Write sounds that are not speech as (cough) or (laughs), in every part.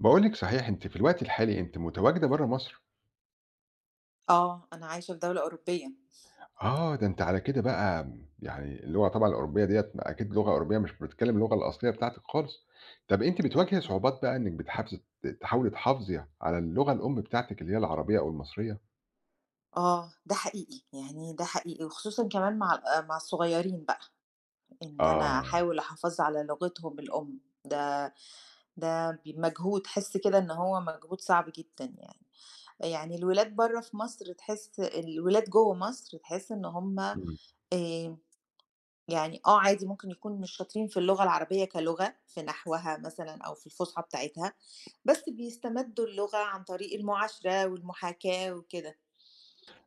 باقول لِك صحيح أنتِ في الوقت الحالي أنتِ متواجدة برّه مصر، آه، أنا عايشة في دولة أوروبية. آه، ده أنتِ على كده بقى يعني اللغة طبعًا الأوروبية ديّة أكيد لغة أوروبية مش بتتكلم اللغة الأصلية بتاعتِك خالص، طَب أنتِ لأ، بتواجهي صعوبات بقى إنِّك بتحافظي ت تحاولي تحافظي على اللغة الأم بتاعتِك اللي هي العربية أو المصرية؟ آه، ده حقيقي، يعني ده حقيقي وخصوصًا كمان مع ال آه، مع الصغيّرين بقى، إن أنا آه، أحاول أحافظ على لغتهم الأم، ده ده مجهود، تحس كده إن هو مجهود صعب جدًا يعني. يعني الولاد برّه في مصر تحس الولاد جوّه مصر تحس إن هُم آآ إمم، يعني آه، عادي ممكن يكون مش شاطرين في اللغة العربية كلغة، في نحوها مثلًا أو في الفُصحى بتاعتها، بس بيستمدّوا اللغة عن طريق المعاشرة والمحاكاة وكده.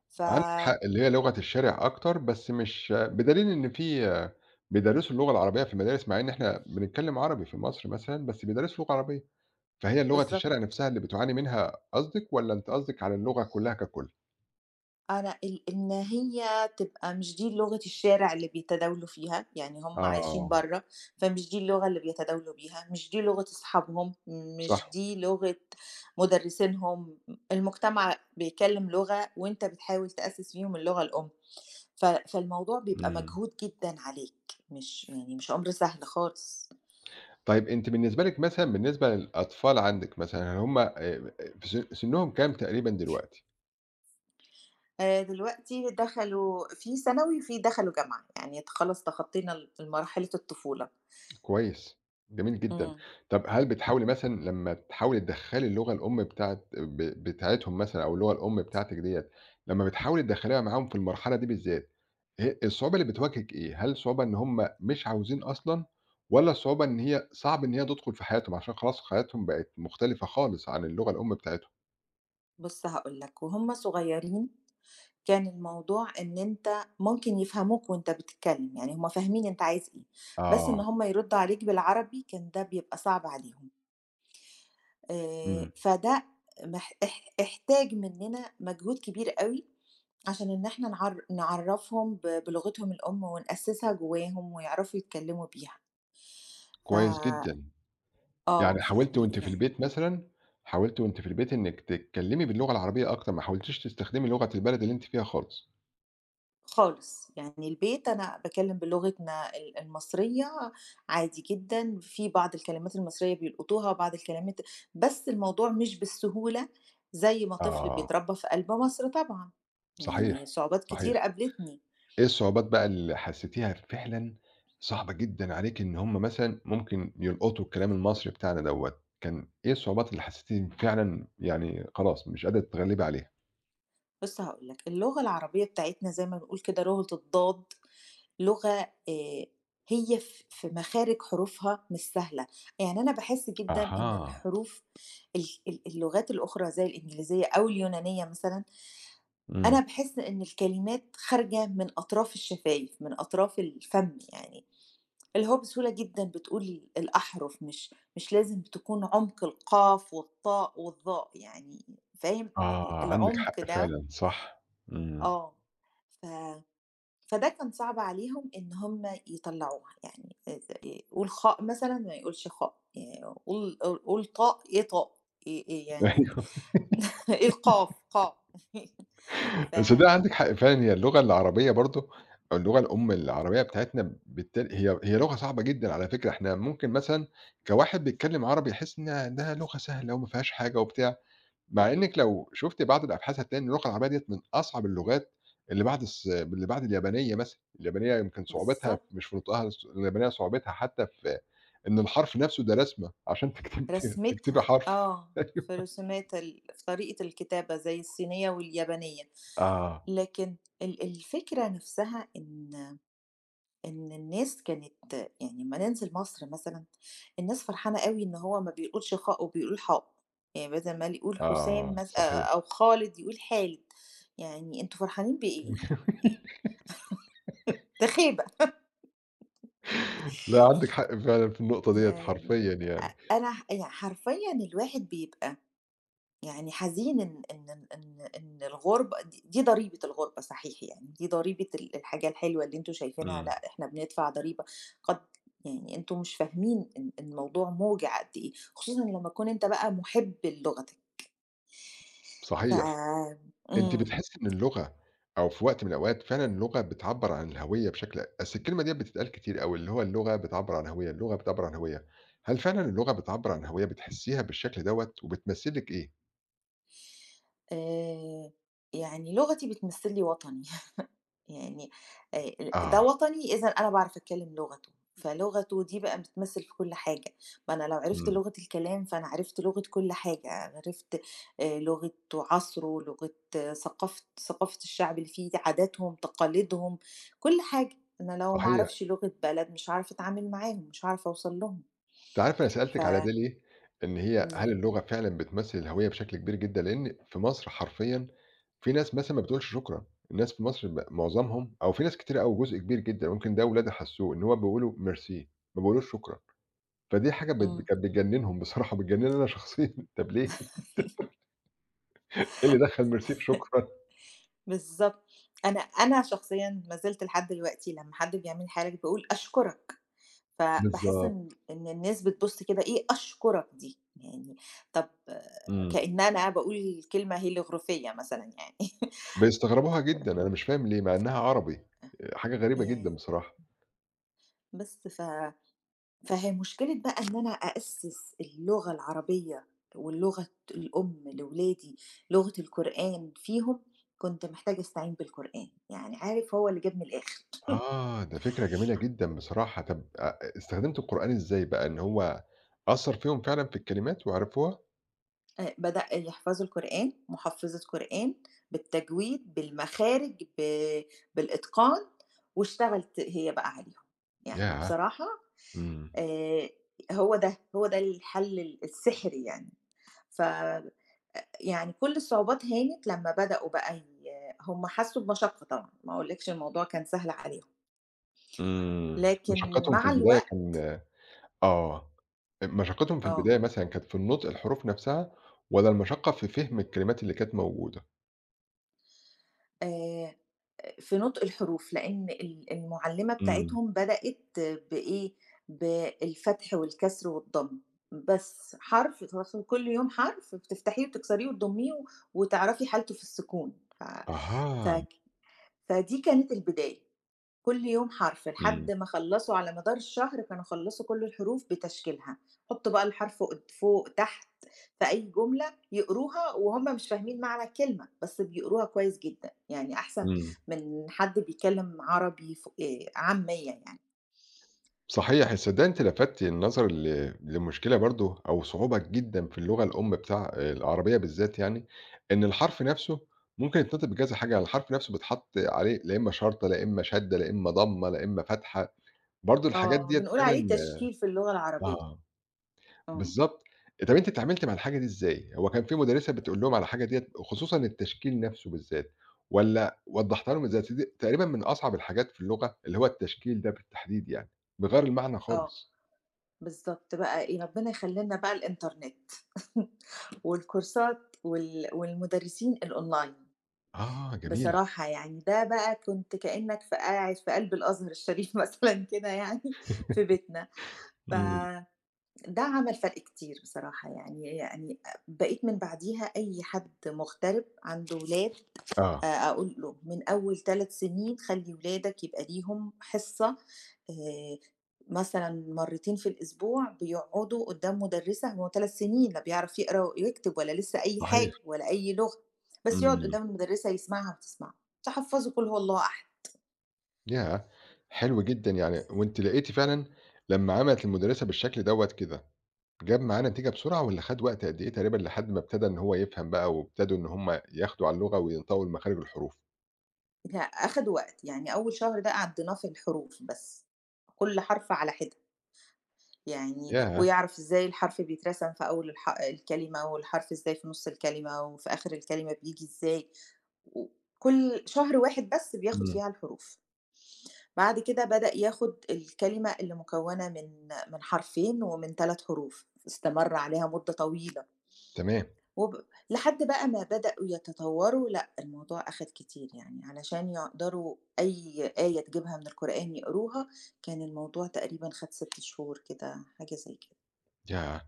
ف عندِك حق اللي هي لغة الشارع أكتر، بس مش بدليل إن في بيدرّسوا اللغة العربية في المدارس مع إن إحنا بنتكلم عربي في مصر مثلًا، بس بيدرّسوا لغة عربية. فهي لغة بالضبط. الشارع نفسها اللي بتعاني منها قصدِك، والّا أنتِ قصدِك على اللغة كلّها ككل؟ أنا إن هي تبقى مش دي لغة الشارع اللي بيتداولوا فيها، يعني هم عايشين آه، برّه، فمش دي اللغة اللي بيتداولوا بيها، مش دي لغة أصحابهم، مش صح، دي لغة مُدرّسينهم، المجتمع بيتكلّم لغة وأنت بتحاول تأسِّس فيهم اللغة الأم، ف فالموضوع بيبقى إمم. مجهود جدًا عليك، مش أمر سهل خالص. طيب أنتِ بالنسبة لِك مثلًا بالنسبة للأطفال عندِك مثلًا، هل هُم في سنّهم كام تقريبًا دلوقتي؟ دلوقتي دخلوا في ثانوي وفي دخلوا جامعة، يعني خلاص تخطّينا مرحلة الطفولة. كويس، جميل جدًا. إمم. طب هل بتحاولي مثلًا لمّا تحاولي تدخّلي اللغة الأم بتاعة ب بتاعتهم مثلًا أو اللغة الأم بتاعتِك ديّة، لمّا بتحاولي تدخّليها معاهم في المرحلة دي بالذات، هي الصعوبة اللي بتواجهِك إيه؟ هل الصعوبة إن هُم مش عاوزين أصلًا، والّا الصعوبة إن هي صعب إن هي تدخل في حياتهم عشان خلاص حياتهم بقت مختلفة خالص عن اللغة الأم بتاعتهم؟ بُص هاقول لك، وهُم صغيرين كان الموضوع إن أنت ممكن يفهموك وأنت بتتكلم، يعني هُم فاهمين أنت عايز إيه، بس إن آه، هُم يردوا عليك بالعربي كان ده بيبقى صعب عليهم، إمم، فده مح اح احتاج مننا مجهود كبير أوي عشان إن إحنا نعرّفهم بلغتهم الأم ونأسسها جواهم ويعرفوا يتكلموا بيها، ف كويس جدًا، آه، يعني ف ل يعني حاولتِ وأنتِ في البيت إنِّك تتكلمي باللغة العربية أكتر، ما حاولتيش تستخدمي لغة البلد اللي أنتِ فيها خالص. خالص، يعني البيت أنا باكلّم بلغتنا المصرية عادي جدًا، في بعض الكلمات المصرية بيلقطوها، بعض الكلمات بس الموضوع مش بالسهولة زي ما طفل آه، بيتربّى في قلب مصر طبعًا، يعني صحيح، صعوبات كتير صحيح. قابلتني. إيه الصعوبات بقى اللي حسّيتيها فعلًا صعبة جدًا عليكِ إن هم مثلًا ممكن يلقطوا الكلام المصري بتاعنا دوّة، كان إيه الصعوبات اللي حسّيتِ فعلًا يعني خلاص مش قادرة تتغلّبي عليها؟ بُص هاقول لك، اللغة العربية بتاعتنا زي ما بنقول كده لغة الضاد، لغة هي في مخارج حروفها مش سهلة، يعني أنا باحس جدًا إن أها، الحروف ال ال اللغات الأخرى زي الإنجليزية أو اليونانية مثلًا أنا إمم، باحس إن الكلمات خارجة من أطراف الشفايف، من أطراف الفم يعني، اللي هو بسهولة جدًا بتقول الأحرف، مش لازم تكون عمق القاف والطاء والظاء يعني، فاهم؟ آه، عندِك العمق حق ده فعلًا صح، إمم، آه، ف فده كان صعب عليهم إن هم يطلّعوها، يعني ي قُل خاء مثلًا ما يقولش خاء، قُل طاء إيه طاء؟ إيه (laughs) يعني أيوه (laughs) إيه القاف قاف (laughs) ف تصدّقي عندِك حق فعلًا هي اللغة العربية برضه أو اللغة الأم العربية بتاعتنا بالتال هي لغة صعبة جدًا على فكرة، إحنا ممكن مثلًا كواحد بيتكلّم عربي يحس إنها لغة سهلة وما فيهاش حاجة وبتاع، مع إنِّك لو شُفتِ بعض الأبحاث هتلاقي إن اللغة العربية ديّة من أصعب اللغات اللي بعد اليابانية مثلًا، اليابانية يمكن صعوبتها مش بالضبط. في نطقها، اليابانية صعوبتها حتى في إن الحرف نَفْسه ده رسمة عشان تكتب (laughs) تكتبي رسمتها حرف آه، في رسومات في طريقة الكتابة زي الصينية واليابانية، آه، لكن الفكرة نفسها إن إن الناس كانت يعني أمّا ننزل مصر مثلًا، الناس فرحانة أوي إن هو ما بيقولش خاء وبيقول حاء، يعني بدل ما يقول حسام آه، مث صحيح. أو خالد يقول خالد، يعني أنتم فرحانين بإيه يعني؟ (laughs) ده خيبة، لأ عندِك حق فعلًا في النقطة ديّة يعني حرفيًا أ يعني. أنا ح يعني حرفيًا الواحد بيبقى يعني حزين إن الغُربة دي ضريبة الغُربة صحيح يعني، دي ضريبة الحاجة الحلوة اللي أنتم شايفينها إمم. لأ، إحنا بندفع ضريبة قد يعني أنتم مش فاهمين الموضوع موجِع قد إيه، خصوصًا لمّا تكون أنت بقى مُحِب للغتك. ف صحيح. أنتِ إمم. بتحسّي إن اللغة أو في وقت من الأوقات فعلًا اللغة بتعبّر عن الهوية بشكل أصل الكلمة ديّة بتتقال كتير أوي، اللي هو اللغة بتعبّر عن الهوية، اللغة بتعبّر عن الهوية. هل فعلًا اللغة بتعبّر عن الهوية، بتحسّيها بالشكل دوّة وبتمثّل لِك إيه؟ آآ يعني لغتي بتمثّل لي وطني. يعني آآ ده آه، وطني إذًا أنا باعرف أتكلّم لغته، فلغته دي بقى بتمثّل في كل حاجة، ما أنا لو عرفت إمم. لغة الكلام فأنا عرفت لغة كل حاجة، عرفت لغة عصره، لغة آه، ثقافة الشعب اللي فيه، عاداتهم، تقاليدهم، كل حاجة، أنا لو ما صحيح. أعرفش لغة بلد مش هاعرف أتعامل معاهم، مش هاعرف أوصل لهم، أنتِ عارفة أنا ف سألتِك على ده ليه؟ إن هي هل يعني، اللغة فعلًا بتمثّل الهوية بشكل كبير جدًا؟ لإن في مصر حرفيًا في ناس مثلًا ما بتقولش شكرًا، الناس في مصر معظمهم أو في ناس كتيرة أوي جزء كبير جدًا، ممكن ده ولادي حسّوه، إن هو بيقولوا ميرسي، ما بيقولوش شكرًا. فدي حاجة بت إمم. كانت بتجننهم بصراحة، بتجنني أنا شخصيًا، (laughs) طب ليه؟ إيه اللي دخّل ميرسي في شكرًا؟ بالضبط. أنا شخصيًا ما زلت لحد دلوقتي لمّا حد بيعمل لي حاجة باقول أشكرك، فباحس بالضبط، إن الناس بتبُص كده إيه أشكرك دي، يعني طب آه، إمم، كإن أنا باقول كلمة هيروغليفية مثلًا يعني (laughs) بيستغربوها جدًا، أنا مش فاهم ليه، مع إنها عربي، حاجة غريبة جدًا يعني بصراحة. بس ف فهي مشكلة بقى إن أنا أأسِّس اللغة العربية واللغة الأم لولادي، لغة القرآن فيهم، كنت محتاجة أستعين بالقرآن، يعني عارف هو اللي جابني الآخر. آه، ده فكرة جميلة جدًا بصراحة، طب استخدمت القرآن إزاي بقى، إن هو أثّر فيهم فعلًا في الكلمات وعرفوها؟ بدأ يحفظوا القرآن، محفّظة قرآن، بالتجويد، بالمخارج، بالإتقان، واشتغلت هي بقى عليهم. يعني ياه! بصراحة إمم، آآ هو ده الحل السحري يعني. ف يعني كل الصعوبات هانت لمّا بدأوا بقى هم حسّوا بمشقة طبعًا، ما أقولكش الموضوع كان سهل عليهم، إمم، لكن مشقتهم في مع البداية الوقت كان آه، مشقتهم في آه. البداية مثلًا كانت في النطق الحروف نفسها، والّا المشقة في فهم الكلمات اللي كانت موجودة؟ آآ في نطق الحروف، لإن المُعلِّمة إمم. بتاعتهم بدأت بإيه، بالفتح والكسر والضم، بس حرف تاخدي كل يوم حرف بتفتحيه وتكسريه وتضمّيه وتعرفي حالته في السكون، ف أها، فك فدي كانت البداية. كل يوم حرف إمم، لحد ما خلّصوا على مدار الشهر كانوا خلّصوا كل الحروف بتشكيلها، حُطّوا بقى الحرف قد فوق، تحت، في أي جملة يقروها وهُم مش فاهمين معنى الكلمة، بس بيقروها كويس جدًا، يعني أحسن إمم، من حد بيتكلّم عربي ف عاميّة يعني. صحيح تصدقي أنتِ لفتِ النظر لمشكلة برضه أو صعوبة جدًا في اللغة الأم بتاع العربية بالذات يعني، إن الحرف نفسه ممكن يتنطق بكذا حاجة، يعني الحرف نفسه بيتحط عليه لا إما شرطة، لا إما شَدّة، لا إما ضمّة، لا إما فتحة، برضه الحاجات آه، ديّة بنقول عليه فعلًا تشكيل في اللغة العربية. آه. إمم، بالضبط. طَب أنتِ اتعاملتِ مع الحاجة دي إزاي؟ هو كان في مُدرِّسة بتقول لهم على الحاجة ديّة خصوصًا التشكيل نَفْسه بالذات والّا وضّحتيها لهم إزاي؟ أصل دي تقريبًا من أصعب الحاجات في اللغة اللي هو التشكيل ده بالتحديد يعني، بغير المعنى آه، خالص. بالضبط بقى إيه، ربنا يخلّي لنا بقى الإنترنت (laughs) والكورسات والمدرسين الأونلاين. آه جميل. بصراحة يعني ده بقى كنت كإنّك قاعد في قلب الأزهر الشريف (laughs) مثلًا كده يعني في بيتنا، إمم. فده عمل فرق كتير بصراحة يعني بقيت من بعديها أي حد مغترب عنده ولاد آه، أقول له من أول 3 سنين خلّي ولادك يبقى ليهم حصة آآ مثلًا مرّتين في الأسبوع بيقعدوا قدّام مُدرِّسة هو 3 سنين لا بيعرف يقرا ويكتب ولا لسه أي حاجة صحيح. ولا أي لغة، بس يقعد إمم. قدّام المُدرِّسة يسمعها وتسمعه، تحفّظوا قُل هو الله أحد، ياه! حلو جدًا يعني وأنتِ لقيتِ فعلًا لمّا عملِت المُدرِّسة بالشكل دوّة كده، جاب معاه نتيجة بسرعة والّا خَد وقت قد إيه تقريبًا لحد ما ابتدى إن هو يفهم بقى وابتدوا إن هم ياخدوا على اللغة وينطقوا بمخارج الحروف؟ لأ أخَد وقت، يعني أول شهر ده عدّيناه في الحروف بس، كل حرف على حدة. يعني ياه! ويعرف إزاي الحرف بيترسم في أول الكلمة، والحرف إزاي في نُص الكلمة، وفي آخر الكلمة بييجي إزاي، وكل شهر واحد بس بياخد إمم، فيها الحروف، بعد كده بدأ ياخد الكلمة اللي مكوّنة من حرفين ومن 3 حروف، استمر عليها مدة طويلة، تمام، وب لحد بقى ما بدأوا يتطوّروا لأ، الموضوع أخد كتير يعني علشان يقدروا أي آية تجيبها من القرآن يقروها، كان الموضوع تقريبًا خَد 6 شهور كده، حاجة زي كده. ياه!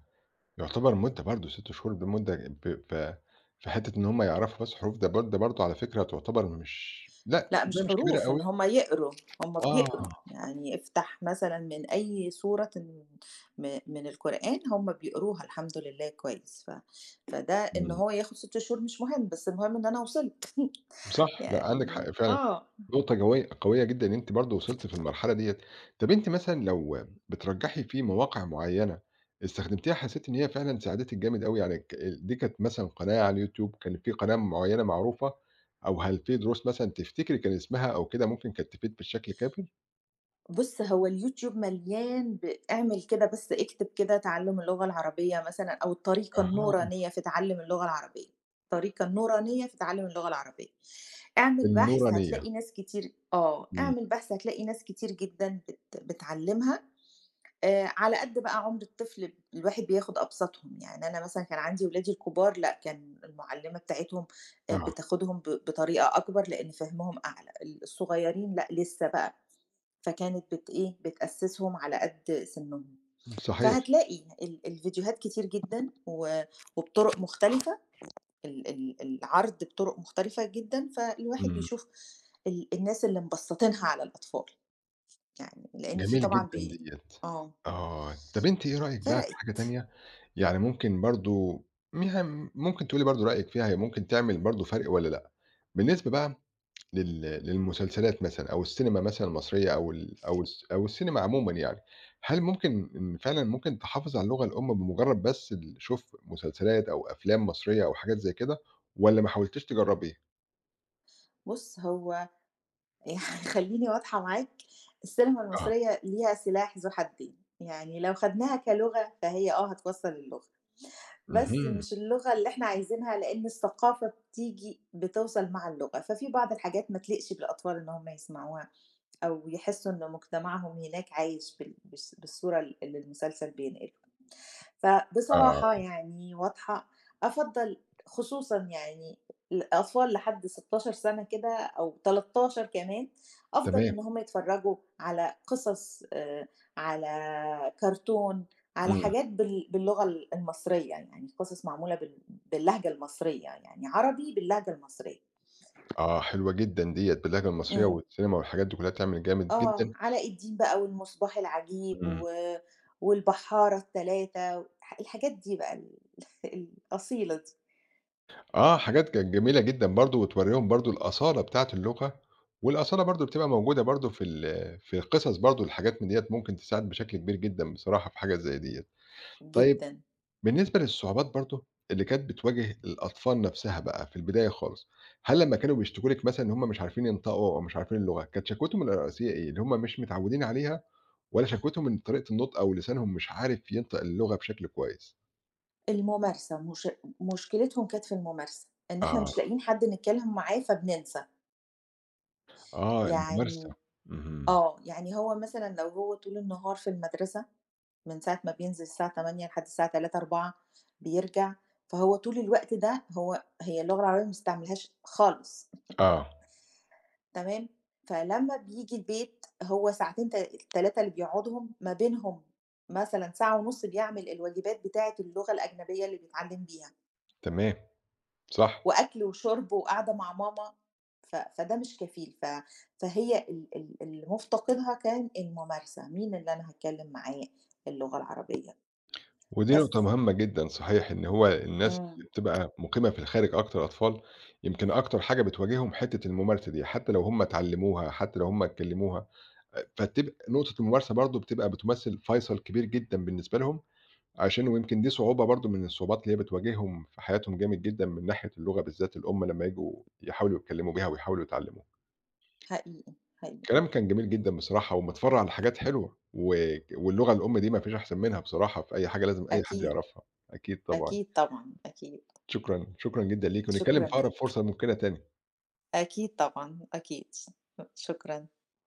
يعتبر مدة برضه 6 شهور دي مدة ب ب في حتّة إن هُم يعرفوا بس حروف ده برضه ده برضه على فكرة تعتبر مش لأ، لأ صدقني مش مش كبيرة حروف، أوي، إن هم يقروا، هم آه، بيقروا، يعني افتح مثلًا من أي سورة من القرآن هم بيقروها الحمد لله كويس، ف فده إن إمم، هو ياخد 6 شهور مش مهم، بس المهم إن أنا وصلت (laughs) صح، لأ عندِك يعني حق فعلًا، آه. نقطة جوية قوية جدًا إن أنتِ برضه وصلتِ في المرحلة ديّة، طَب أنتِ مثلًا لو بترجّحي في مواقع معيّنة استخدمتيها حسيتِ إن هي فعلًا ساعدتِك جامد أوي يعني ك دي كانت مثلًا قناة على اليوتيوب، كان في قناة معيّنة معروفة، أو هل في دروس مثلًا تفتكري كان اسمها أو كده ممكن كانت تفيد بالشكل الكافي؟ بُص، هو اليوتيوب مليان اعمل كده بس اكتب كده تعلُّم اللغة العربية مثلًا أو الطريقة أها، النورانية في تعلُّم اللغة العربية، الطريقة النورانية في تعلُّم اللغة العربية. اعمل بحث النورانية، هتلاقي ناس كتير آه، إمم. اعمل بحث هتلاقي ناس كتير جدًا بتعلِّمها، على قد بقى عُمر الطفل الواحد بياخُد أبسطهم، يعني أنا مثلًا كان عندي ولادي الكبار لأ، كان المُعلِّمة بتاعتهم آه، بتاخُدهم بطريقة أكبر لإن فهمهم أعلى، الصغيرين لأ، لسه بقى فكانت بت إيه، بتأسِّسهم على قد سِنّهم. إمم. صحيح، فهتلاقي الفيديوهات كتير جدًا وبطُرق مختلفة، ال ال العرض بطُرق مختلفة جدًا، فالواحد إمم. بيشوف الناس اللي مبسّطينها على الأطفال، يعني لإن في جميل طبعًا جدًا ديّة، آه، آه، طَب أنتِ إيه رأيِك بقى في حاجة فرقِت. تانية، يعني ممكن برضه يعني ممكن تقولي برضه رأيِك فيها هي ممكن تعمل برضه فرق والّا لأ؟ بالنسبة بقى للمسلسلات مثلًا أو السينما مثلًا المصرية أو ال أو الس أو السينما عمومًا يعني، هل ممكن إن فعلًا ممكن تحافظ على اللغة الأم بمجرد بس شوف مسلسلات أو أفلام مصرية أو حاجات زي كده والّا ما حاولتيش تجرّبي؟ بُص، هو (laughs) يعني خلّيني واضحة معاك، السينما آه، المصرية ليها سلاح ذو حدّين، يعني لو خدناها كلغة فهي آه هتوصّل اللغة. بس اهم، مش اللغة اللي إحنا عايزينها، لإن الثقافة بتيجي بتوصل مع اللغة، ففي بعض الحاجات ما تليقش بالأطفال إن هم يسمعوها أو يحسّوا إن مجتمعهم هناك عايش بالصورة اللي المسلسل بينقلها. آه. فبصراحة يعني واضحة، أفضّل خصوصًا يعني الأطفال لحد 16 سَنة كده أو 13 كمان، أفضل تمام. إن هم يتفرّجوا على قصص على كرتون، على إمم. حاجات باللغة المصرية، يعني قصص معمولة باللهجة المصرية، يعني عربي باللهجة المصرية. آه، حلوة جدًا ديّة، باللهجة المصرية إمم. والسينما والحاجات دي كلّها تعمل جامد آه، جدًا. علاء الدين بقى والمصباح العجيب إمم. والبحارة ال3 الحاجات دي بقى (laughs) الأصيلة آه، حاجات كانت جميلة جدًا برضه وتورّيهم برضه الأصالة بتاعة اللغة، والأصالة برضه بتبقى موجودة برضه في القصص برضه الحاجات من ديّة ممكن تساعد بشكل كبير جدًا بصراحة في حاجة زي ديّة. طيب جدًا. بالنسبة للصعوبات برضه اللي كانت بتواجه الأطفال نَفْسها بقى في البداية خالص، هل لمّا كانوا بيشتكوا لِك مثلًا إن هم مش عارفين ينطقوا أو مش عارفين اللغة، كانت شكوتهم الرئيسية إيه؟ اللي هم مش متعوّدين عليها ولا شكوتهم إن طريقة النطق أو لسانهم مش عارف ينطق اللغة بشكل كويس. الممارسة، مش مشكلتهم كانت في الممارسة، إن إحنا آه، مش لاقيين حد نتكلم معاه فبننسى. آه يعني الممارسة، اهم، آه، يعني هو مثلًا لو هو طول النهار في المدرسة من ساعة ما بينزل الساعة 08:00 لحد الساعة 15:00، 16:00 بيرجع، فهو طول الوقت ده هو هي اللغة العربية ما بيستعملهاش خالص، آه تمام؟ فلمّا بييجي البيت هو ساعتين تل 3 اللي بيقعدهم ما بينهم مثلًا ساعة ونُص بيعمل الواجبات بتاعة اللغة الأجنبية اللي بيتعلم بيها. تمام، صح، وأكل وشرب وقعدة مع ماما، ف فده مش كفيل، ف فهي ال ال اللي مفتقدها كان الممارسة، مين اللي أنا هاتكلم معاه اللغة العربية، ودي نقطة بس. مهمة جدًا صحيح، إن هو الناس إمم، اللي بتبقى مقيمة في الخارج أكتر أطفال، يمكن أكتر حاجة بتواجههم حتة الممارسة دي، حتى لو هم اتعلموها، حتى لو هم اتكلموها، فتبقى نقطة الممارسة برضه بتبقى بتمثل فيصل كبير جدًا بالنسبة لهم. عشان ويمكن دي صعوبة برضه من الصعوبات اللي هي بتواجههم في حياتهم جامد جدًا من ناحية اللغة بالذات اللي هم لمّا ييجوا يحاولوا يتكلموا بيها ويحاولوا يتعلموها. حقيقي، الكلام كان جميل جدًا بصراحة ومتفرّع لحاجات حلوة واللغة الأم دي ما فيش أحسن منها بصراحة في أي حاجة لازم أي حد أكيد، يعرفها. أكيد طبعًا. أكيد طبعًا، أكيد، شكرًا، شكرًا جدًا ليكِ ونتكلم شكرًا في أقرب ليك، فرصة ممكنة تاني. أكيد طبعًا، أكيد، شكرًا.